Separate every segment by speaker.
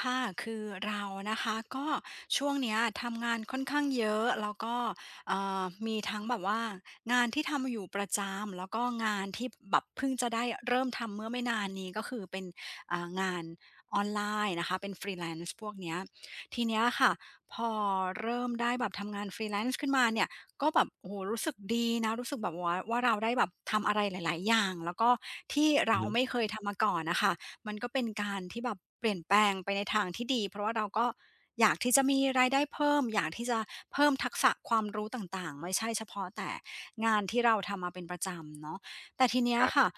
Speaker 1: ค่ะคือเรานะคะก็ช่วงเนี้ยทำงานค่อนข้างเยอะแล้วก็มีทั้งแบบว่างานที่ทำอยู่ประจำแล้วก็งานที่แบบเพิ่งจะได้เริ่มทำเมื่อไม่นานนี้ก็คือเป็นงานออนไลน์นะคะเป็นฟรีแ l a n ์พวกเนี้ยทีเนี้ยค่ะพอเริ่มได้แบบทำงานฟ r ี e ลน n ์ e ขึ้นมาเนี่ยก็แบบโอ้โหรู้สึกดีนะรู้สึกแบบว่าเราได้แบบทำอะไรหลายๆอย่างแล้วก็ที่
Speaker 2: อื
Speaker 1: เรา
Speaker 2: อฮึ
Speaker 1: ไม่เคยทำมาก่อนนะคะ มันก็เป็นการที่แบบเปลี่ยนแปลงไปในทางที่ดีเพราะว่าเราก็อยากที่จะมีรายได้เพิ่มอยากที่จะเพิ่มทักษะความรู้ต่างๆไม่ใช่เฉพาะแต่งานที่เราทำมาเป็นประจำเนาะแต่ทีเนี้ย
Speaker 2: ครั
Speaker 1: ค่ะ
Speaker 2: บ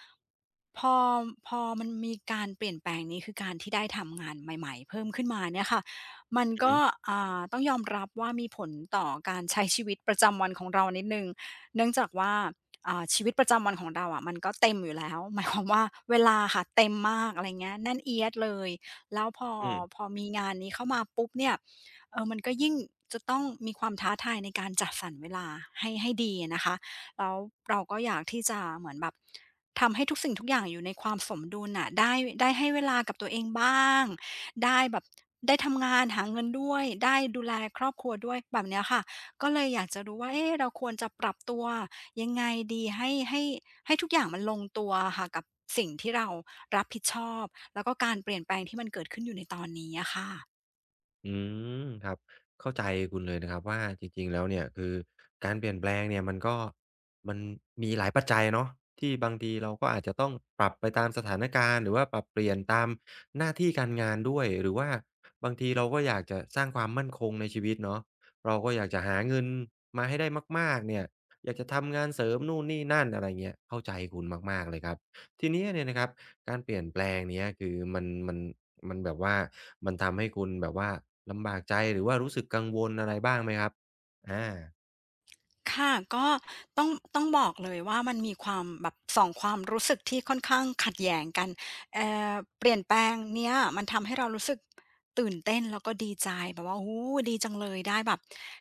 Speaker 1: พอพอมันมีการเปลี่ยนแปลงนี้คือการที่ได้ทำงานใหม่ๆเพิ่มขึ้นมาเนี่ยค่ะมัน
Speaker 2: อือ
Speaker 1: ก็
Speaker 2: ฮึ
Speaker 1: ต้องยอมรับว่ามีผลต่อการใช้ชีวิตประจำวันของเรานิดหนึ่งเนื่องจากว่า ชีวิตประจำวันของเราอะมันก็เต็มอยู่แล้ว หมายความว่าเวลาค่ะเต็มมากอะไรเงี้ยแน่นเอี๊ยดเลยแล้วพอ
Speaker 2: อืม
Speaker 1: พอมีงานนี้เข้ามาปุ๊บเนี่ยมันก็ยิ่งจะต้องมีความท้าทายในการจัดสรรเวลาให้ดีอะนะคะแล้วเราก็อยากที่จะเหมือนแบบทำให้ทุกสิ่งทุกอย่างอยู่ในความสมดุลน่ะได้ให้เวลากับตัวเองบ้างได้แบบได้ทำงานหาเงินด้วยได้ดูแลครอบครัวด้วยแบบเนี้ยค่ะก็เลยอยากจะรู้ว่าเอ๊ะเราควรจะปรับตัว ยังไงดีให้ทุกอย่างมันลงตัวอะค่ะกับสิ่งที่เรารับผิดชอบแล้วก็การเปลี่ยนแปลงที่มันเกิดขึ้นอยู่ในตอนนี้อะค่ะ
Speaker 2: อืม ครับ เข้าใจคุณเลยนะครับว่าจริงๆ แล้วเนี่ยคือการเปลี่ยนแปลงเนี่ยมันก็มันมีหลายปัจจัยเนาะที่บางทีเราก็อาจจะต้องปรับไปตามสถานการณ์หรือว่าปรับเปลี่ยนตามหน้าที่การงานด้วยหรือว่าบางทีเราก็อยากจะสร้างความมั่นคงในชีวิตเนาะเราก็อยากจะหาเงินมาให้ได้มากๆ เนี่ยอยากจะทำงานเสริมนู่นนี่นั่นอะไรเงี้ยเข้าใจคุณมากๆเลยครับทีเนี้ยเนี่ยนะครับ การเปลี่ยนแปลงเนี้ยคือมันแบบว่ามันทำให้คุณแบบว่าลำบากใจหรือว่ารู้สึกกังวลอะไรบ้างไหมครับอา
Speaker 1: ค่ะก็ต้องบอกเลยว่ามันมีความแบบสองความรู้สึกที่ค่อนข้างขัดแย้งกันเอ่อเปลี่ยนแปลงเนี้ยมันทำให้เรารู้สึกตื่นเต้นแล้วก็ดีใจแบบว่าโอ้โฮดีจังเลยได้แบบ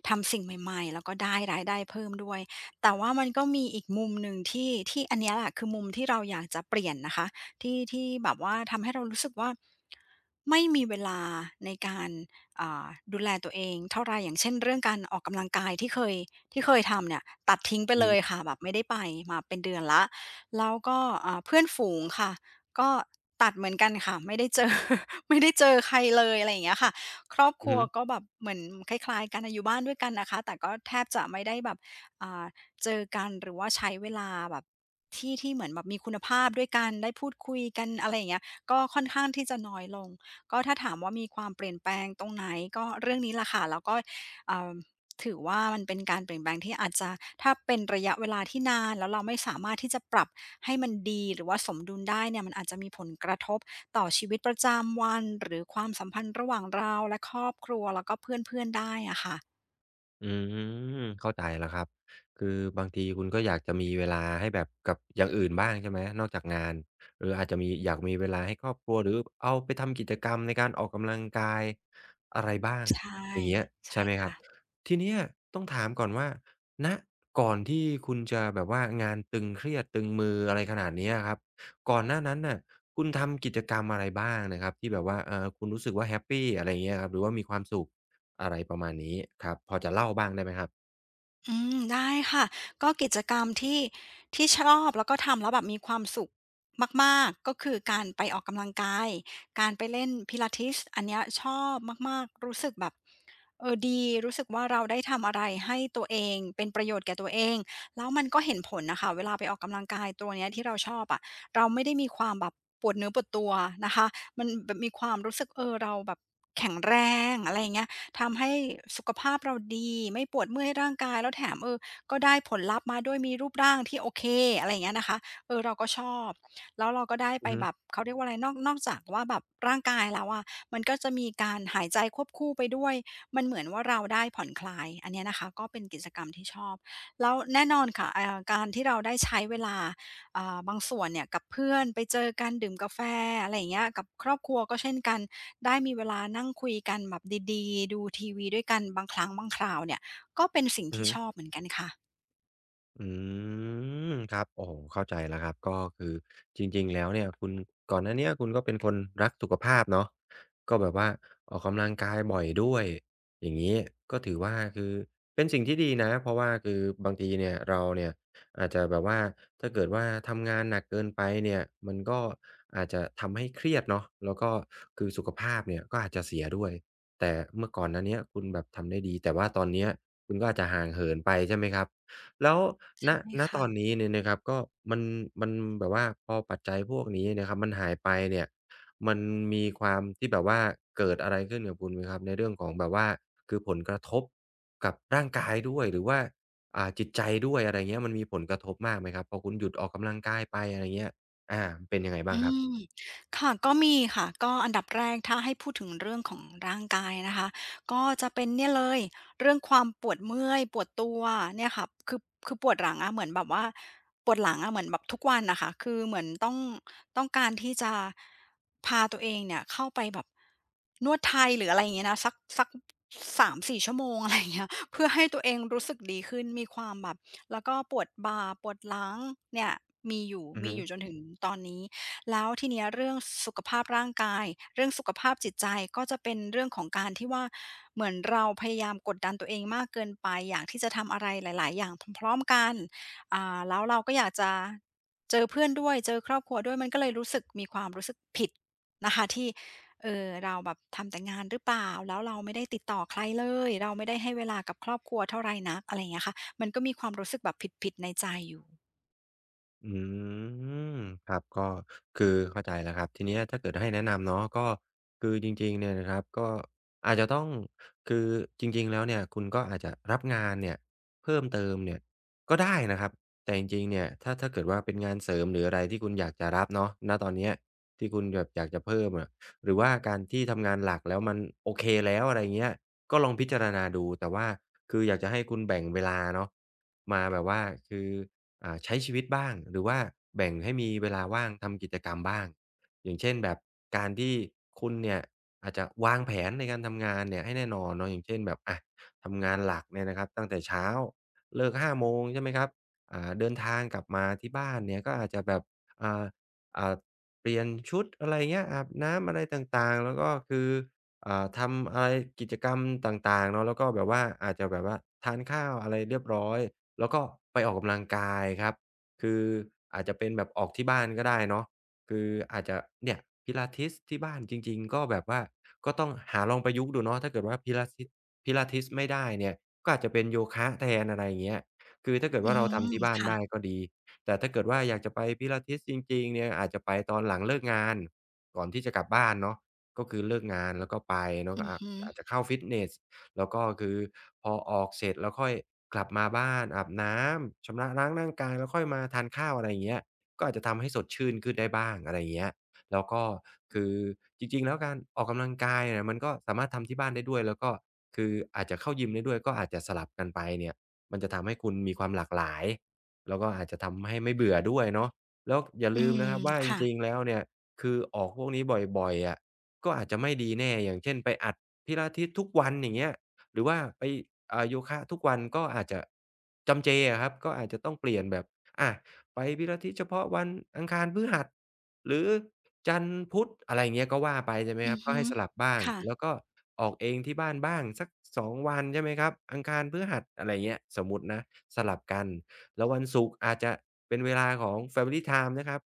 Speaker 1: ทำสิ่งใหม่ๆแล้วก็ได้รายได้เพิ่มด้วยแต่ว่ามันก็มีอีกมุมหนึ่งที่อันเนี้ยแหละคือมุมที่เราอยากจะเปลี่ยนนะคะที่แบบว่าทำให้เรารู้สึกว่าไม่มีเวลาในการ อ่าดูแลตัวเองเท่าไหรอย่างเช่นเรื่องการออกกำลังกายที่เคยทำเนี่ยตัดทิ้งไป
Speaker 2: อือ
Speaker 1: เล
Speaker 2: ฮึ
Speaker 1: ยค่ะแบบไม่ได้ไปมาเป็นเดือนแล้วแล้วก็เพื่อนฝูงค่ะก็ตัดเหมือนกันค่ะไม่ได้เจอ ไม่ได้เจอใครเลยอะไรอย่างเงี้ยค่ะครอบค
Speaker 2: อือ
Speaker 1: รัว
Speaker 2: ฮึ
Speaker 1: ก็แบบเหมือนคล้ายๆกันอะอยู่บ้านด้วยกันนะคะแต่ก็แทบจะไม่ได้แบบอ่าเจอกันหรือว่าใช้เวลาแบบที่เหมือนแบบมีคุณภาพด้วยกันได้พูดคุยกันอะไรอย่างเงี้ยก็ค่อนข้างที่จะน้อยลง ก็ถ้าถามว่ามีความเปลี่ยนแปลงตรงไหนก็เรื่องนี้แหละค่ะแล้วก็เอ่อถือว่ามันเป็นการเปลี่ยนแปลงที่อาจจะถ้าเป็นระยะเวลาที่นานแล้วเราไม่สามารถที่จะปรับให้มันดีหรือว่าสมดุลได้เนี่ยมันอาจจะมีผลกระทบต่อชีวิตประจำวันหรือความสัมพันธ์ระหว่างเราและครอบครัวแล้วก็เพื่อนๆได้อะค่ะ
Speaker 2: อืมเข้าใจแล้วครับคือบางทีคุณก็อยากจะมีเวลาให้แบบกับอย่างอื่นบ้างใช่ไหมนอกจากงานหรืออาจจะมีอยากมีเวลาให้ครอบครัวหรือเอาไปทำกิจกรรมในการออกกำลังกายอะไรบ้าง
Speaker 1: ใช่
Speaker 2: อย่างเงี้ยใช่
Speaker 1: ใช่
Speaker 2: ไหมครับ
Speaker 1: ค่ะ
Speaker 2: ทีเนี้ยต้องถามก่อนว่าณก่อนที่คุณจะแบบว่างานตึงเครียดตึงมืออะไรขนาดเนี้ยอะครับก่อนหน้านั้นน่ะคุณทำกิจกรรมอะไรบ้างนะครับที่แบบว่าคุณรู้สึกว่าแฮปปีอะไรอย่างเงี้ยครับหรือว่ามีความสุข อะไรประมาณนี้ครับพอจะเล่าบ้างได้ไหมครับ
Speaker 1: อืมได้ค่ะก็กิจกรรมที่ชอบแล้วก็ทำแล้วแบบมีความสุขมากๆก็คือการไปออกกำลังกายการไปเล่น Pilates อันเนี้ยชอบมากๆรู้สึกแบบดีรู้สึกว่าเราได้ทำอะไรให้ตัวเองเป็นประโยชน์แก่ตัวเองแล้วมันก็เห็นผลน่ะค่ะเวลาไปออกกำลังกายตัวเนี้ยที่เราชอบอะเราไม่ได้มีความแบบปวดเนื้อปวดตัวนะคะมันแบบมีความรู้สึกเราแบบแข็งแรงอะไรอย่างเงี้ย ทำให้สุขภาพเราดีไม่ปวดเมื่อยร่างกายแล้วแถมก็ได้ผลลัพธ์มาด้วยมีรูปร่างที่โอเคอะไรอย่างเงี้ยนะคะเราก็ชอบแล้วเราก็ได้
Speaker 2: อื
Speaker 1: ไป
Speaker 2: อฮึ
Speaker 1: แบบเขาเรียกว่าอะไรนอกจากว่าแบบร่างกายแล้วอะมันก็จะมีการหายใจควบคู่ไปด้วยมันเหมือนว่าเราได้ผ่อนคลายอันเนี้ยนะคะก็เป็นกิจกรรมที่ชอบแล้วแน่นอนค่ะการที่เราได้ใช้เวลาบางส่วนเนี่ยกับเพื่อนไปเจอกันดื่มกาแฟอะไรอย่างเงี้ยกับครอบครัวก็เช่นกัน ได้มีเวลานั่งคุยกันแบบดีๆดูทีวีด้วยกันบางครั้งบางคราวเนี่ยก็เป็นสิ่ง
Speaker 2: อือ
Speaker 1: ที่
Speaker 2: ฮึ
Speaker 1: ชอบเหมือนกันค่ะ
Speaker 2: อืมครับโอ้โฮเข้าใจแล้วครับก็คือจริงๆแล้วเนี่ยคุณก่อนหน้าเนี้ยคุณก็เป็นคนรักสุขภาพเนาะก็แบบว่าออกกำลังกายบ่อยด้วยอย่างงี้ก็ถือว่าคือเป็นสิ่งที่ดีนะเพราะว่าคือบางทีเนี่ยเราเนี่ยอาจจะแบบว่าถ้าเกิดว่าทำงานหนักเกินไปเนี่ยมันก็อาจจะทำให้เครียดเนาะแล้วก็คือสุขภาพเนี่ยก็อาจจะเสียด้วยแต่เมื่อก่อนหน้าเนี้ยคุณแบบทำได้ดีแต่ว่าตอนเนี้ยคุณก็อาจจะห่างเหินไปใช่ไหมครับ แล้วณ
Speaker 1: ใช่
Speaker 2: ณต
Speaker 1: ค่ะ
Speaker 2: อนนี้เนี่ยนะครับก็มันมันแบบว่าพอปัจจัยพวกนี้นะครับมันหายไปเนี่ยมันมีความที่แบบว่าเกิดอะไรขึ้นกับคุณไหมครับในเรื่องของแบบว่าคือผลกระทบกับร่างกายด้วยหรือว่าจิตใจด้วยอะไรเงี้ยมันมีผลกระทบมากไหมครับพอคุณหยุดออกกำลังกายไปอะไรเงี้ยอาเป็นยังไงบ้าง
Speaker 1: อื
Speaker 2: ครับ
Speaker 1: มค่ะก็มีค่ะก็อันดับแรกถ้าให้พูดถึงเรื่องของร่างกายนะคะก็จะเป็นเนี่ยเลยเรื่องความปวดเมื่อยปวดตัวเนี่ยค่ะคือปวดหลังอะเหมือนแบบว่าปวดหลังอะเหมือนแบบทุกวันน่ะค่ะคือเหมือนต้องการที่จะพาตัวเองเนี่ยเข้าไปแบบนวดไทยหรืออะไรอย่างเงี้ยนะสัก3-4ชั่วโมงอะไรอย่างเงี้ย เพื่อให้ตัวเองรู้สึกดีขึ้นมีความแบบแล้วก็ปวดบ่าปวดหลังเนี่ยมีอยู่
Speaker 2: อือ
Speaker 1: มี
Speaker 2: ฮึ
Speaker 1: อยู่จนถึงตอนนี้ แล้วทีเนี้ยเรื่องสุขภาพร่างกายเรื่องสุขภาพจิตใจก็จะเป็นเรื่องของการที่ว่าเหมือนเราพยายามกดดันตัวเองมากเกินไปอยากที่จะทำอะไรหลายๆอย่างพร้อมๆกันแล้วเราก็อยากจะเจอเพื่อนด้วยเจอครอบครัวด้วยมันก็เลยรู้สึกมีความรู้สึกผิดนะคะที่เราแบบทำแต่งานหรือเปล่าแล้วเราไม่ได้ติดต่อใครเลยเราไม่ได้ให้เวลากับครอบครัวเท่าไรนักอะไรอย่างเงี้ยค่ะมันก็มีความรู้สึกแบบผิดๆในใจอยู่
Speaker 2: อืมครับก็คือเข้าใจแล้วครับทีเนี้ยถ้าเกิดให้แนะนำเนาะก็คือจริงๆเนี่ยนะครับก็อาจจะต้องคือจริงๆแล้วเนี่ยคุณก็อาจจะรับงานเนี่ยเพิ่มเติมเนี่ยก็ได้นะครับแต่จริงๆเนี่ยถ้าเกิดว่าเป็นงานเสริมหรืออะไรที่คุณอยากจะรับเนาะณตอนเนี้ยที่คุณแบบอยากจะเพิ่มอะหรือว่าการที่ทำงานหลักแล้วมันโอเคแล้วอะไรเงี้ยก็ลองพิจารณาดูแต่ว่าคืออยากจะให้คุณแบ่งเวลาเนาะมาแบบว่าคือ ใช้ชีวิตบ้างหรือว่าแบ่งให้มีเวลาว่างทำกิจกรรมบ้างอย่างเช่นแบบการที่คุณเนี่ยอาจจะวางแผนในการทำงานเนี่ยให้แน่นอนเนาะอย่างเช่นแบบอะทำงานหลักเนี่ยนะครับตั้งแต่เช้าเลิก5 โมงใช่ไหมครับเดินทางกลับมาที่บ้านเนี่ยก็อาจจะแบบอ่าอ่าเปลี่ยนชุดอะไรเงี้ยอาบน้ำอะไรต่างๆแล้วก็คือทำอะไรกิจกรรมต่างๆเนาะแล้วก็แบบว่าอาจจะแบบว่าทานข้าวอะไรเรียบร้อย แล้วก็ไปออกกำลังกายครับคืออาจจะเป็นแบบออกที่บ้านก็ได้เนาะคืออาจจะเนี่ย Pilates ที่บ้านจริงๆก็แบบว่าก็ต้องหาลองประยุกต์ดูเนาะถ้าเกิดว่า Pilates ไม่ได้เนี่ยก็อาจจะเป็นโยคะแทนอะไรอย่างเงี้ยคือถ้าเกิด
Speaker 1: อื
Speaker 2: ว่าเราทำ
Speaker 1: ม
Speaker 2: ที่บ้านได้
Speaker 1: ค่ะ
Speaker 2: ก็ดีแต่ถ้าเกิดว่าอยากจะไป Pilates จริงๆเนี่ยอาจจะไปตอนหลังเลิกงานก่อนที่จะกลับบ้านเนาะก็คือเลิกงานแล้วก็ไปเนาะ
Speaker 1: อื
Speaker 2: ก็
Speaker 1: อ
Speaker 2: อาจ
Speaker 1: ฮึ
Speaker 2: อาจจะเข้าฟิตเนส แล้วก็คือพอออกเสร็จแล้วค่อยกลับมาบ้านอาบน้ำชำระล้างร่างกายแล้วค่อยมาทานข้าวอะไรอย่างเงี้ยก็อาจจะทำให้สดชื่นขึ้นได้บ้างอะไรอย่างเงี้ยแล้วก็คือจริงๆแล้วการออกกำลังกายเนี่ยมันก็สามารถทำที่บ้านได้ด้วยแล้วก็คืออาจจะเข้ายิมได้ด้วยก็อาจจะสลับกันไปเนี่ยมันจะทำให้คุณมีความหลากหลายแล้วก็อาจจะทำให้ไม่เบื่อด้วยเนาะแล้วอย่า
Speaker 1: อื
Speaker 2: ลืมนะค
Speaker 1: ม
Speaker 2: รับว่าจ
Speaker 1: ค่ะ
Speaker 2: ริงๆแล้วเนี่ยคือออกพวกนี้บ่อยๆอะก็อาจจะไม่ดีแน่อย่างเช่นไปอัดพิลาทิสทุกวันอย่างเงี้ย หรือว่าไปโยคะทุกวันก็อาจจะจำเจอะครับก็อาจจะต้องเปลี่ยนแบบอะไปวิรทิตเฉพาะวันอังคารพฤหัสหรือจันทร์พุธอะไรเงี้ยก็ว่าไปใช่ไหม
Speaker 1: อื
Speaker 2: ครั
Speaker 1: อ
Speaker 2: บก็
Speaker 1: ฮึ
Speaker 2: ให้สลับบ้าง
Speaker 1: ค่ะ
Speaker 2: แล้วก็ออกเองที่บ้านบ้างสัก2วันใช่ไหมครับอังคารพฤหัสอะไรเงี้ยสมมุตินะสลับกันแล้ววันศุกร์อาจจะเป็นเวลาของ Family Time นะครับ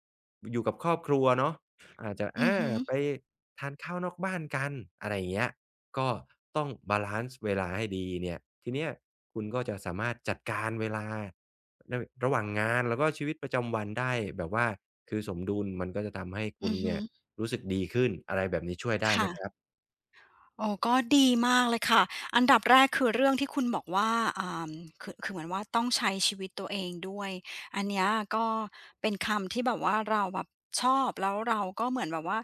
Speaker 2: อยู่กับครอบครัวเนาะอาจจะ
Speaker 1: อือ
Speaker 2: อา
Speaker 1: ฮึ
Speaker 2: ไปทานข้าวนอกบ้านกันอะไรอย่างเงี้ย ก็ต้องบาลันซ์เวลาให้ดีเนี่ยทีเนี้ยคุณก็จะสามารถจัดการเวลาในระหว่างงานแล้วก็ชีวิตประจำวันได้แบบว่าคือสมดุลมันก็จะทำให้คุ
Speaker 1: อื
Speaker 2: ณ
Speaker 1: อฮึ
Speaker 2: เนี่ยรู้สึกดีขึ้นอะไรแบบนี้ช่วยได้ไหม
Speaker 1: ค่ะ
Speaker 2: ครับ
Speaker 1: โอ้ก็ดีมากเลยค่ะอันดับแรกคือเรื่องที่คุณบอกว่าอ่าคือเหมือนว่าต้องใช้ชีวิตตัวเองด้วยอันเนี้ยก็เป็นคำที่แบบว่าเราแบบชอบแล้วเราก็เหมือนแบบว่า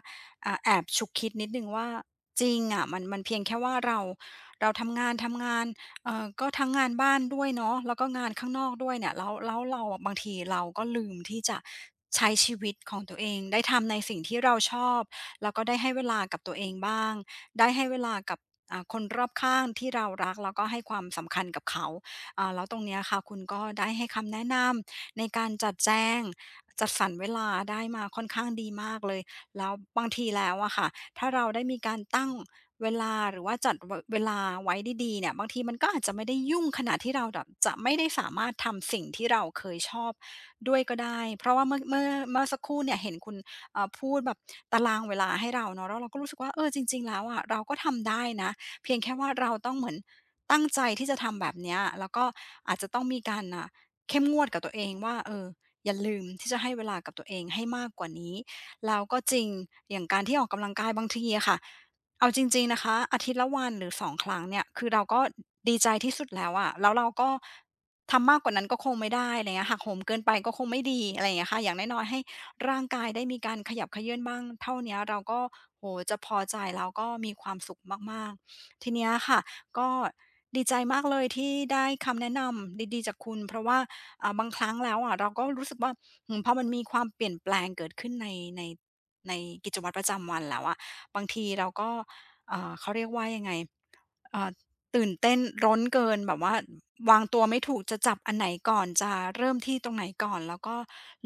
Speaker 1: แอบฉุกคิดนิดหนึ่งว่าจริงอ่ะมันเพียงแค่ว่าเราทำงานก็ทั้งงานบ้านด้วยเนาะแล้วก็งานข้างนอกด้วยเนี่ยแล้วเราอะบางทีเราก็ลืมที่จะใช้ชีวิตของตัวเองได้ทำในสิ่งที่เราชอบแล้วก็ได้ให้เวลากับตัวเองบ้าง ได้ให้เวลากับคนรอบข้างที่เรารักแล้วก็ให้ความสำคัญกับเขาแล้วตรงเนี้ยค่ะคุณก็ได้ให้คำแนะนำในการจัดแจงจัดสรรเวลาได้มาค่อนข้างดีมากเลยแล้วบางทีแล้วอะค่ะถ้าเราได้มีการตั้งเวลาหรือว่าจัดวเวลาไว้ดีๆเนี่ยบางทีมันก็อาจจะไม่ได้ยุ่งขนาดที่เราแบบจะไม่ได้สามารถทำสิ่งที่เราเคยชอบด้วยก็ได้เพราะว่าเมื่อสักครู่เนี่ยเห็นคุณ พูดแบบตารางเวลาให้เราเนาะแล้วเราก็รู้สึกว่าเออจริงๆแล้วอะเราก็ทำได้นะเพียงแค่ว่าเราต้องเหมือนตั้งใจที่จะทำแบบเนี้ยแล้วก็อาจจะต้องมีการน่ะเข้มงวดกับตัวเองว่าเอออย่าลืมที่จะให้เวลากับตัวเองให้มากกว่านี้แล้วก็จริงอย่างการที่ออกกำลังกายบางทีอะค่ะเอาจริงๆนะคะอาทิตย์ละวันหรือ2ครั้งเนี่ยคือเราก็ดีใจที่สุดแล้วอะแล้วเราก็ทำมากกว่านั้นก็คงไม่ได้อะไรเงี้ยหักโหมเกินไปก็คงไม่ดีอะไรอย่างเงี้ยค่ะอย่างน้อยๆให้ ร่างกายได้มีการขยับเขยื้อนบ้างเท่าเนี้ยเราก็โอ้โฮจะพอใจแล้วก็มีความสุขมากๆทีเนี้ยค่ะก็ดีใจมากเลยที่ได้คำแนะนำดีๆจากคุณเพราะว่าบางครั้งแล้วอะเราก็รู้สึกว่าอืมพอมันมีความเปลี่ยนแปลงเกิดขึ้นในในกิจวัตรประจำวันแล้วอะบางทีเราก็เขาเรียกว่ายังไง เอ่าตื่นเต้นร้อนเกินแบบว่าวางตัวไม่ถูกจะจับอันไหนก่อนจะเริ่มที่ตรงไหนก่อนแล้วก็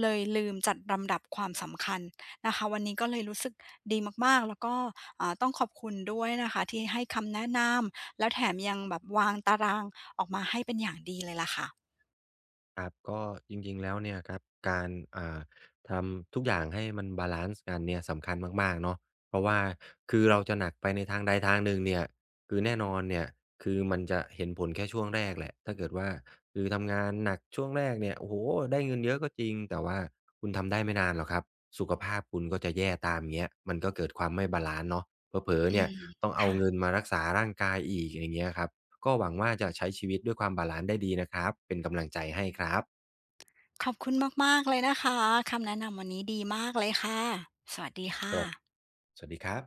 Speaker 1: เลยลืมจัดลำดับความสำคัญนะคะวันนี้ก็เลยรู้สึกดีมากๆแล้วก็ต้องขอบคุณด้วยนะคะที่ให้คำแนะนำแล้วแถมยังแบบวางตารางออกมาให้เป็นอย่างดีเลยล่ะค่ะ
Speaker 2: ครับก็จริงๆแล้วเนี่ยครับการอ่าทำทุกอย่างให้มันบาลันซ์กันเนี่ยสำคัญมากๆเนาะเพราะว่าคือเราจะหนักไปในทางใดทางหนึ่งเนี่ยคือแน่นอนเนี่ยคือมันจะเห็นผลแค่ช่วงแรกแหละถ้าเกิดว่าคือทำงานหนักช่วงแรกเนี่ยโอ้โฮได้เงินเยอะก็จริงแต่ว่าคุณทำได้ไม่นานหรอกครับสุขภาพคุณก็จะแย่ตามอย่างเงี้ยมันก็เกิดความไม่บาลันซ์เนาะเผลอๆ
Speaker 1: อื
Speaker 2: เนี่ย
Speaker 1: ม
Speaker 2: ต้องเอาเงิน
Speaker 1: ค่ะ
Speaker 2: มารักษาร่างกายอีกอย่างเงี้ยครับ ก็หวังว่าจะใช้ชีวิตด้วยความบาลานซ์ได้ดีนะครับ เป็นกำลังใจให้ครับ
Speaker 1: ขอบคุณมากๆเลยนะคะคำแนะนำวันนี้ดีมากเลยค่ะสวัสดี
Speaker 2: ส
Speaker 1: ค่ะ
Speaker 2: วัสสวัสดีครับ